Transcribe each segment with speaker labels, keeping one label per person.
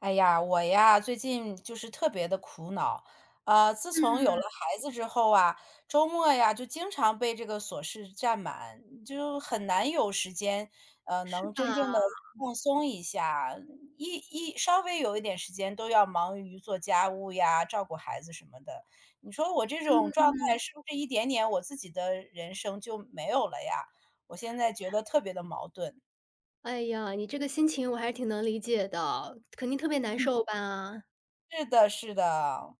Speaker 1: 哎呀，我呀，最近就是特别的苦恼。自从有了
Speaker 2: 嗯，
Speaker 1: 孩子之后啊，周末呀就经常被这个琐事占满，就很难有时间，
Speaker 2: 是
Speaker 1: 能
Speaker 2: 吧？
Speaker 1: 真正的放松一下。稍微有一点时间，都要忙于做家务呀、照顾孩子什么的。你说我这种状
Speaker 2: 嗯，
Speaker 1: 态，是不是一点点我自己的人生就没有了呀？我现在觉得特别的矛盾。
Speaker 2: 哎呀，你这个心情我还是挺能理解的，肯定特别难受吧？
Speaker 1: 是的，是的。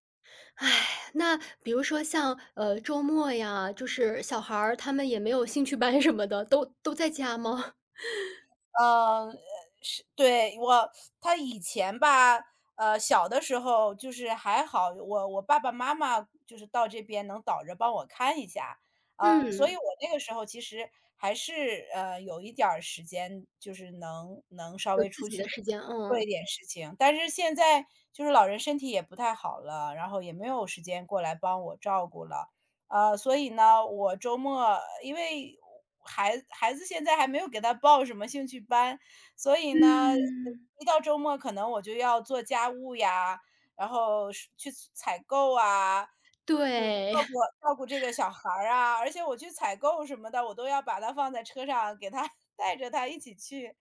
Speaker 2: 唉，那比如说像，周末呀，就是小孩儿他们也没有兴趣班什么的，都在家吗？
Speaker 1: 嗯呃，是对，我他以前吧，小的时候就是还好，我爸爸妈妈就是到这边能倒着帮我看一下，所以
Speaker 2: 嗯，
Speaker 1: 我 那个时候其实还是，有一点儿时间，就是能稍
Speaker 2: 有
Speaker 1: 微
Speaker 2: 自
Speaker 1: 出
Speaker 2: 己
Speaker 1: 去
Speaker 2: 的时间，
Speaker 1: 做
Speaker 2: 嗯。
Speaker 1: 一点事情。但是现在就是老人身体也不太好了，然后也没有时间过来帮我照顾了，所以呢，我周末因为孩子现在还没有给他报什么兴趣班，所以呢，
Speaker 2: 嗯，
Speaker 1: 一到周末可能我就要做家务呀，然后是去采购啊，就
Speaker 2: 对，
Speaker 1: 顾照顾这个小孩儿啊，而且我去采购什么的，我都要把他放在车上，给他 带着他一起去，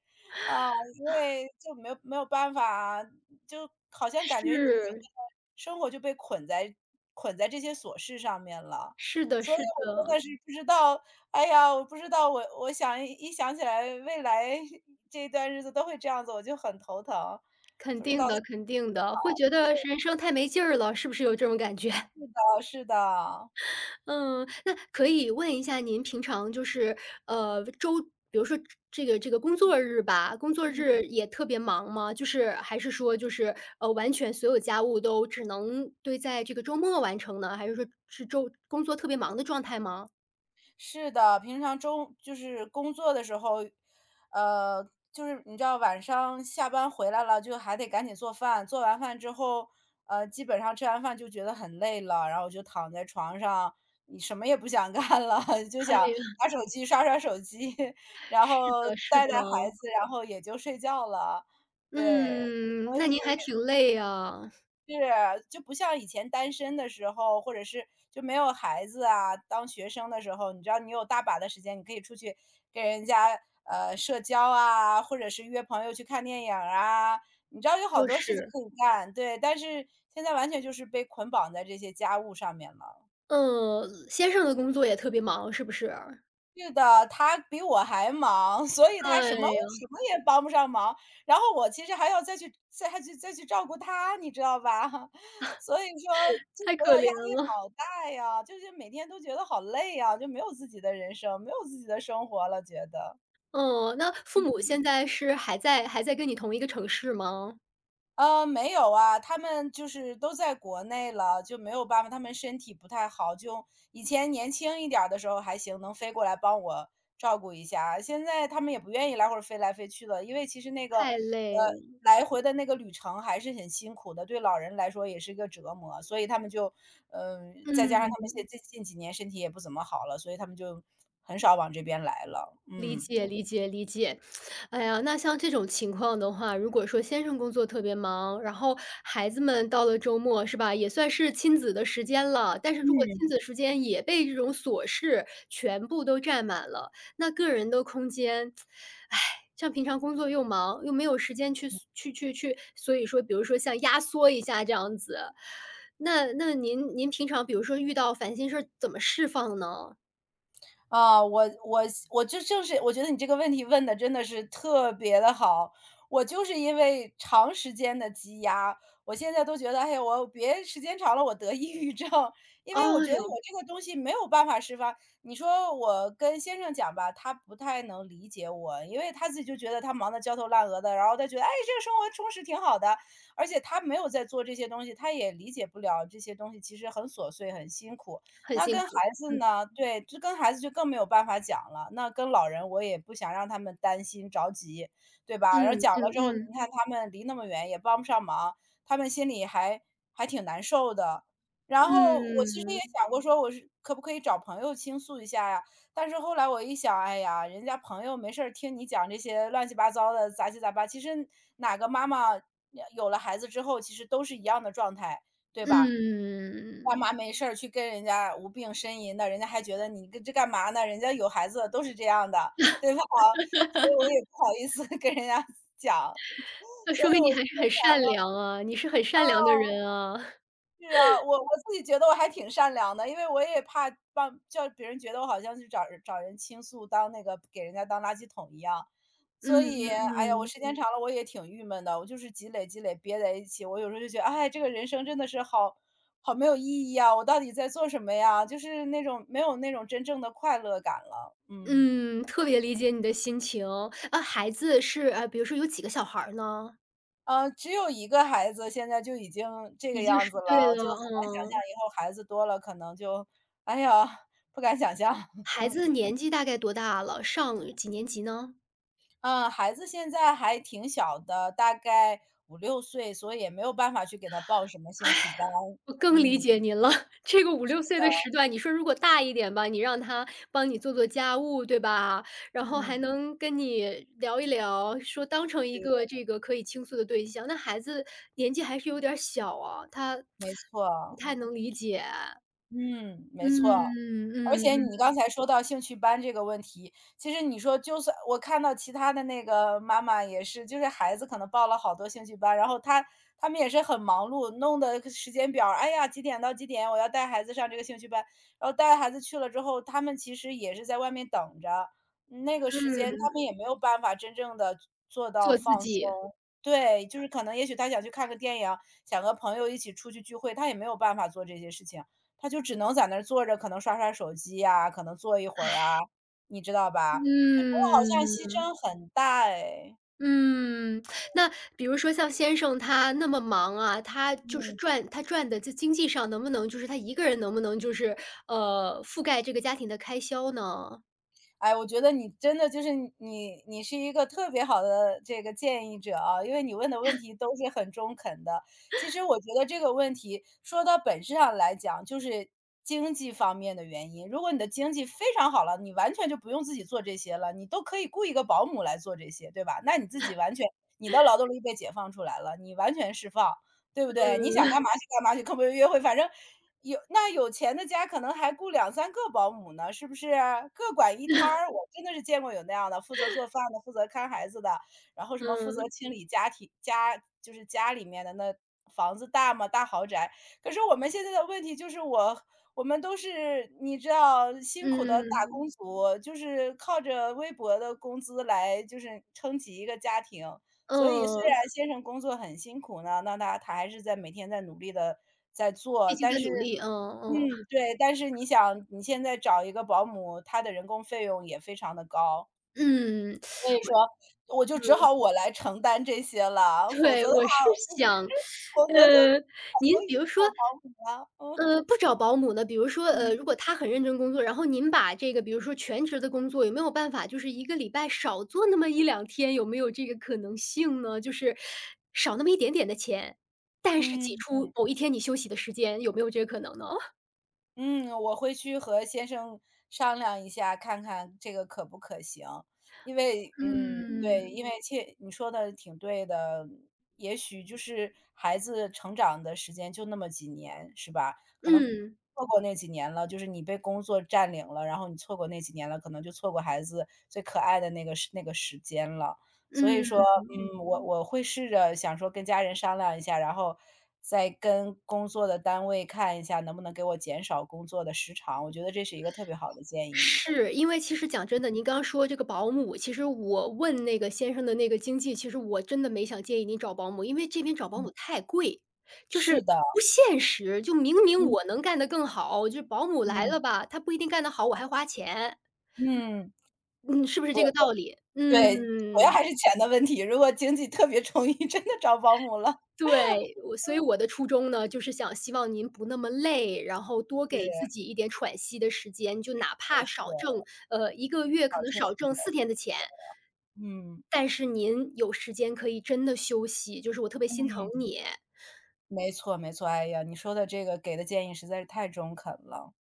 Speaker 1: 啊，因为就没有办法，就好 像感觉你整个
Speaker 2: 是，
Speaker 1: 的生活就被捆在这些琐事上面了。
Speaker 2: 是的
Speaker 1: 所以
Speaker 2: 是
Speaker 1: 我真
Speaker 2: 的，
Speaker 1: 的是不知道，哎呀，我不知道，我想想起来未来这段日子都会这样子，我就很头疼，
Speaker 2: 肯
Speaker 1: 不知道
Speaker 2: 定的
Speaker 1: 怎么
Speaker 2: 肯定的，会觉得人生太没劲儿了，是不是有这种感觉？
Speaker 1: 办是的。
Speaker 2: 嗯，那可以问一下您平常就是，呃，周比如说这个工作日吧，工作日也特别忙吗？就是还是说就是，完全所有家务都只能堆在这个周末完成呢？还是说是周工作特别忙的状态吗？
Speaker 1: 是的，平常中就是工作的时候，呃，就是你知道晚上下班回来了，就还得赶紧做饭，做完饭之后，基本上吃完饭就觉得很累了，然后我就躺在床上，你什么也不想 干了，就
Speaker 2: 哎
Speaker 1: 想
Speaker 2: 呀，
Speaker 1: 拿手机刷刷手机，然后
Speaker 2: 是的是的。
Speaker 1: 带孩子，然后也就睡觉了。对，
Speaker 2: 嗯，
Speaker 1: 所
Speaker 2: 那您还
Speaker 1: 以
Speaker 2: 挺累啊，
Speaker 1: 是，就不像以前单身的时候，或者是就没有孩子啊，当学生的时候，你知道你有大把的时间，你可以出去跟人家社交啊，或者是约朋友去看电影儿啊，你知道有好
Speaker 2: 就
Speaker 1: 多事情
Speaker 2: 是。
Speaker 1: 可以干，对。但是现在完全就是被捆绑在这些家务上面了。
Speaker 2: 嗯，先生的工作也特别忙，是不是？
Speaker 1: 是的，他比我还忙，所以他
Speaker 2: 哎
Speaker 1: 什么
Speaker 2: 呀，
Speaker 1: 什么也帮不上忙。然后我其实还要再去再还去再去照顾他，你知道吧？所以说就觉
Speaker 2: 太可
Speaker 1: 得压
Speaker 2: 怜
Speaker 1: 力
Speaker 2: 了。
Speaker 1: 好大呀，就是每天都觉得好累呀，就没有自己的人生，没有自己的生活了，觉得。
Speaker 2: 哦，那父母现在是还在跟你同一个城市吗？
Speaker 1: 没有啊，他们就是都在国内了，就没有办法，他们身体不太好，就以前年轻一点儿的时候还行，能飞过来帮我照顾一下，现在他们也不愿意来回儿飞来飞去了，因为其实那个，
Speaker 2: 太累了，
Speaker 1: 来回的那个旅程还是很辛苦的，对老人来说也是一个折磨，所以他们就，嗯、再加上
Speaker 2: 嗯。
Speaker 1: 他们现最近几年身体也不怎么好了，所以他们就很少往这边来了，
Speaker 2: 理
Speaker 1: 嗯。
Speaker 2: 解理解理解。哎呀，那像这种情况的话，如果说先生工作特别忙，然后孩子们到了周末是吧，也算是亲子的时间了，但是如果
Speaker 1: 嗯，
Speaker 2: 亲子时间也被这种琐事全部都占满了，那个人的空间，唉，像平常工作又忙，又没有时间去，所以说比如说像压缩一下这样子。那您平常比如说遇到烦心事儿怎么释放呢？
Speaker 1: 啊，我我就正是我觉得你这个问题问的真的是特别的好。我就是因为长时间的积压，我现在都觉得，哎呀，我别时间长了我得抑郁症，因
Speaker 2: 哎
Speaker 1: 为我觉得
Speaker 2: 呦，
Speaker 1: 我这个东西没有办法释放。你说我跟先生讲吧，他不太能理解我，因为他自己就觉得他忙得焦头烂额的，然后他觉得，哎，这个生活充实挺好的，而且他没有在做这些东西，他也理解不了这些东西其实很琐碎、很辛苦。
Speaker 2: 很
Speaker 1: 那跟
Speaker 2: 辛
Speaker 1: 孩
Speaker 2: 苦，
Speaker 1: 子
Speaker 2: 嗯。
Speaker 1: 呢对，这跟孩子就更没有办法讲了。那跟老人我也不想让他们担心着急，对吧？然后
Speaker 2: 嗯
Speaker 1: 讲
Speaker 2: 嗯
Speaker 1: 了之后，你
Speaker 2: 嗯，
Speaker 1: 看他们离那么远，也帮不上忙，他们心里还挺难受的。然后我其实也
Speaker 2: 嗯，
Speaker 1: 想过说，我是可不可以找朋友倾诉一下呀？但是后来我一想，哎呀，人家朋友没事儿听你讲这些乱七八糟的、杂七杂八，其实哪个妈妈有了孩子之后，其实都是一样的状态，对吧？干
Speaker 2: 嗯。
Speaker 1: 嘛没事儿去跟人家无病呻吟的，人家还觉得你跟这干嘛呢？人家有孩子的都是这样的，对吧？所以我也不好意思 跟人家讲，
Speaker 2: 那
Speaker 1: 所
Speaker 2: 说
Speaker 1: 以
Speaker 2: 明
Speaker 1: 我
Speaker 2: 你还是
Speaker 1: 嗯。
Speaker 2: 很善良啊，你是很善良的
Speaker 1: 哦
Speaker 2: 人啊。
Speaker 1: 是啊，我自己觉得我还挺善良的，因为我也怕帮叫别人觉得我好像去找人倾诉，当那个给人家当垃圾桶一样。所
Speaker 2: 嗯
Speaker 1: 以，哎
Speaker 2: 嗯
Speaker 1: 呀，我时间嗯长了我也挺郁闷的，我就是积累憋在一起，我有时候就觉得，哎，这个人生真的是好没有意义啊！我到底在做什么呀？就是那种没有那种真正的快乐感了，嗯。
Speaker 2: 嗯，特别理解你的心情。啊，孩子是比如说有几个小孩儿呢？
Speaker 1: 只有一个孩子现在就已经这个
Speaker 2: 已经
Speaker 1: 样
Speaker 2: 是
Speaker 1: 子了，
Speaker 2: 对了，
Speaker 1: 就很难想象
Speaker 2: 嗯。
Speaker 1: 以后孩子多了可能就哎呀，不敢想象。
Speaker 2: 孩子年纪大概多大了？上几年级呢？
Speaker 1: 嗯，孩子现在还挺小的，大概五六岁，所以也没有办法去给他报什么兴趣班。
Speaker 2: 我更理
Speaker 1: 嗯，
Speaker 2: 解您了，这个五六岁的时段，你说如果大一点吧，你让他帮你做做家务，对吧？然后还
Speaker 1: 嗯，
Speaker 2: 能跟你聊一聊，说当成一个这个可以倾诉的对象，那孩子年纪还是有点儿小啊，他
Speaker 1: 没
Speaker 2: 不
Speaker 1: 错，
Speaker 2: 太能理解。
Speaker 1: 嗯，没
Speaker 2: 嗯，
Speaker 1: 错。
Speaker 2: 嗯，
Speaker 1: 而
Speaker 2: 嗯，
Speaker 1: 且
Speaker 2: 嗯
Speaker 1: 你刚才说到兴趣班这个问题，其实你说就算我看到其他的那个妈妈也是，就是孩子可能报了好多兴趣班，然后他们也是很忙碌，弄的时间表儿，哎呀，几点到几点我要带孩子上这个兴趣班，然后带孩子去了之后，他们其实也是在外面等着，嗯那个时间他们也没有办法真正的做到
Speaker 2: 做自
Speaker 1: 放
Speaker 2: 己，
Speaker 1: 松。对，就是可能也许他想去看个电影，想和朋友一起出去聚会，他也没有办法做这些事情。他就只能在那儿坐着，可能刷刷手机呀，可能坐一会儿啊，你知道吧？这觉得好像牺
Speaker 2: 嗯。
Speaker 1: 牲很大哎。
Speaker 2: 嗯，那比如说像先生他那么忙啊，他就是
Speaker 1: 嗯。
Speaker 2: 赚他赚的就经济上能不能就是他一个人能不能就是，覆盖这个家庭的开销呢？
Speaker 1: 哎，我觉得你真的就是你是一个特别好的这个建议者啊，因为你问的问题都是很中肯的。其实我觉得这个问题说到本质上来讲，就是经济方面的原因。如果你的经济非常好了，你完全就不用自己做这些了，你都可以雇一个保姆来做这些，对吧？那你自己完全你的劳动力被解放出来了，你完全释放，对不对？你想
Speaker 2: 嗯，
Speaker 1: 干嘛去干嘛去，跟朋友约会，反正有那有钱的家可能还雇两三个保姆呢，是不是？各管一摊儿，我真的是见过有那样的，负责做饭的，负责看孩子的，然后什么负责
Speaker 2: 嗯，
Speaker 1: 清理家庭家就是家里面的那房子大嘛，大豪宅。可是我们现在的问题就是我们都是你知道辛苦的打工
Speaker 2: 嗯，
Speaker 1: 族，就是靠着微薄的工资来就是撑起一个家庭。所以虽然
Speaker 2: 嗯，
Speaker 1: 先生工作很辛苦呢，那他还是在每天在努力的在做，
Speaker 2: 毕竟
Speaker 1: 但
Speaker 2: 在
Speaker 1: 是
Speaker 2: 努力，嗯，
Speaker 1: 嗯，
Speaker 2: 嗯，
Speaker 1: 对，但是你想你现在找一个保姆，他的人工费用也非常的高，
Speaker 2: 嗯。
Speaker 1: 所以说我就只好我来承担这些了，否则
Speaker 2: 对，
Speaker 1: 的话
Speaker 2: 我是
Speaker 1: 就是
Speaker 2: 想，
Speaker 1: 否则就
Speaker 2: 呃，您比如说
Speaker 1: 找保姆了，嗯，
Speaker 2: 不找保姆呢，比如说，
Speaker 1: 嗯，
Speaker 2: 如果他很认真工作，然后您把这个比如说全职的工作，有没有办法就是一个礼拜少做那么一两天，有没有这个可能性呢？就是少那么一点点的钱，但是挤
Speaker 1: 嗯。
Speaker 2: 出某一天你休息的时间，有没有这个可能呢？
Speaker 1: 嗯，我会去和先生商量一下，看看这个可不可行。因为嗯，嗯对，
Speaker 2: 嗯。
Speaker 1: 因为切你说的挺对的，也许就是孩子成长的时间就那么几年，是吧？可能
Speaker 2: 嗯，
Speaker 1: 错过那几年了，就是你被工作占领了，然后你错过那几年了，可能就错过孩子最可爱的那个时间了。所以说，
Speaker 2: 嗯。
Speaker 1: 嗯，我会试着想说跟家人商量一下，然后再跟工作的单位看一下能不能给我减少工作的时长，我觉得这是一个特别好的建议。
Speaker 2: 是，因为其实讲真的，您刚刚说这个保姆，其实我问那个先生的那个经济，其实我真的没想建议您找保姆，因为这边找保姆太贵，就是
Speaker 1: 是的，
Speaker 2: 不现实。就明明我
Speaker 1: 嗯
Speaker 2: 能干得更好，就保姆来
Speaker 1: 嗯
Speaker 2: 了吧，他不一定干得好，我还花钱，
Speaker 1: 嗯，
Speaker 2: 嗯，是不是这个道理？嗯。
Speaker 1: 对，主要还是钱的问题，如果经济特别充裕，真的找保姆了。
Speaker 2: 对，我所以我的初衷呢，就是想希望您不那么累，然后多
Speaker 1: 是，
Speaker 2: 给自己一点喘息的时间，就哪怕
Speaker 1: 对，
Speaker 2: 少挣，一个月
Speaker 1: 保
Speaker 2: 可能
Speaker 1: 证
Speaker 2: 少
Speaker 1: 一
Speaker 2: 挣
Speaker 1: 点，
Speaker 2: 四天的钱。
Speaker 1: 嗯
Speaker 2: 但是您有时间可以真的休息，就是我特别心
Speaker 1: 嗯，
Speaker 2: 疼你。
Speaker 1: 没错没错，哎呀，你说的这个给的建议实在是太中肯了。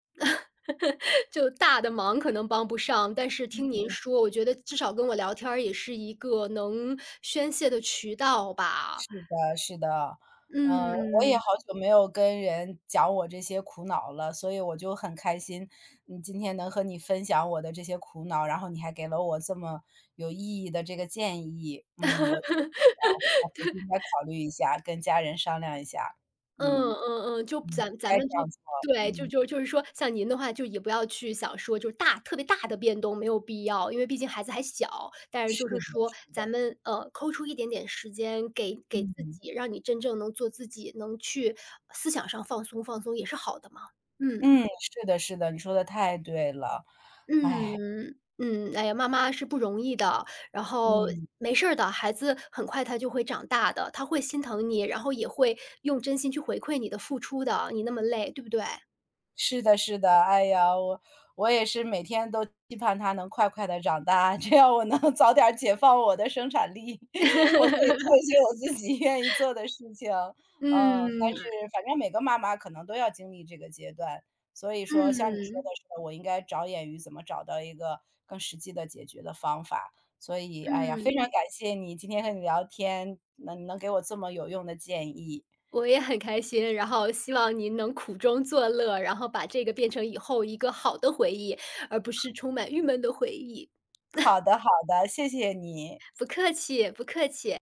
Speaker 2: 就大的忙可能帮不上，但是听您说，我觉得至少跟我聊天儿也是一个能宣泄的渠道吧。
Speaker 1: 是的是的，嗯，我也
Speaker 2: 嗯。
Speaker 1: 好久没有跟人讲我这些苦恼了，所以我就很开心，嗯，今天能和你分享我的这些苦恼，然后你还给了我这么有意义的这个建议，嗯，我在想我回去应该考虑一下，跟家人商量一下，嗯，
Speaker 2: 嗯嗯嗯，就
Speaker 1: 嗯，
Speaker 2: 咱
Speaker 1: 该
Speaker 2: 咱
Speaker 1: 这
Speaker 2: 们
Speaker 1: 样
Speaker 2: 就
Speaker 1: 做，
Speaker 2: 对，就
Speaker 1: 嗯，
Speaker 2: 就就是说，像您的话，就也不要去想说就是大特别大的变动没有必要，因为毕竟孩子还小。但是
Speaker 1: 是
Speaker 2: 就是
Speaker 1: 的
Speaker 2: 说，
Speaker 1: 是的，
Speaker 2: 咱们抠出一点点时间给自
Speaker 1: 嗯，
Speaker 2: 己，让你真正能做自己，能去思想上放松放松也是好的嘛。嗯
Speaker 1: 嗯，是的是的，你说的太对了，
Speaker 2: 嗯嗯，哎呀，妈妈是不容易的，然后
Speaker 1: 嗯。
Speaker 2: 没事儿的，孩子很快他就会长大的，他会心疼你，然后也会用真心去回馈你的付出的，你那么累，对不对？
Speaker 1: 是的是的，哎呀，我也是每天都期盼他能快快的长大，这样我能 早点儿解放我的生产力，我可以做一些我自己愿意做的事情。嗯，但
Speaker 2: 嗯，
Speaker 1: 是反正每个妈妈可能都要经历这个阶段，所以说像你说的
Speaker 2: 嗯，
Speaker 1: 是的我应该着眼于怎么找到一个更实际的解决的方法。所以，哎呀，非常
Speaker 2: 嗯，
Speaker 1: 感谢你，今天和你聊天，能给我这么有用的建议。
Speaker 2: 我也很开心，然后希望您能苦中作乐，然后把这个变成以后一个好的回忆，而不是充满郁闷的回忆。
Speaker 1: 好的好的，谢谢你。
Speaker 2: 不客气，不客气。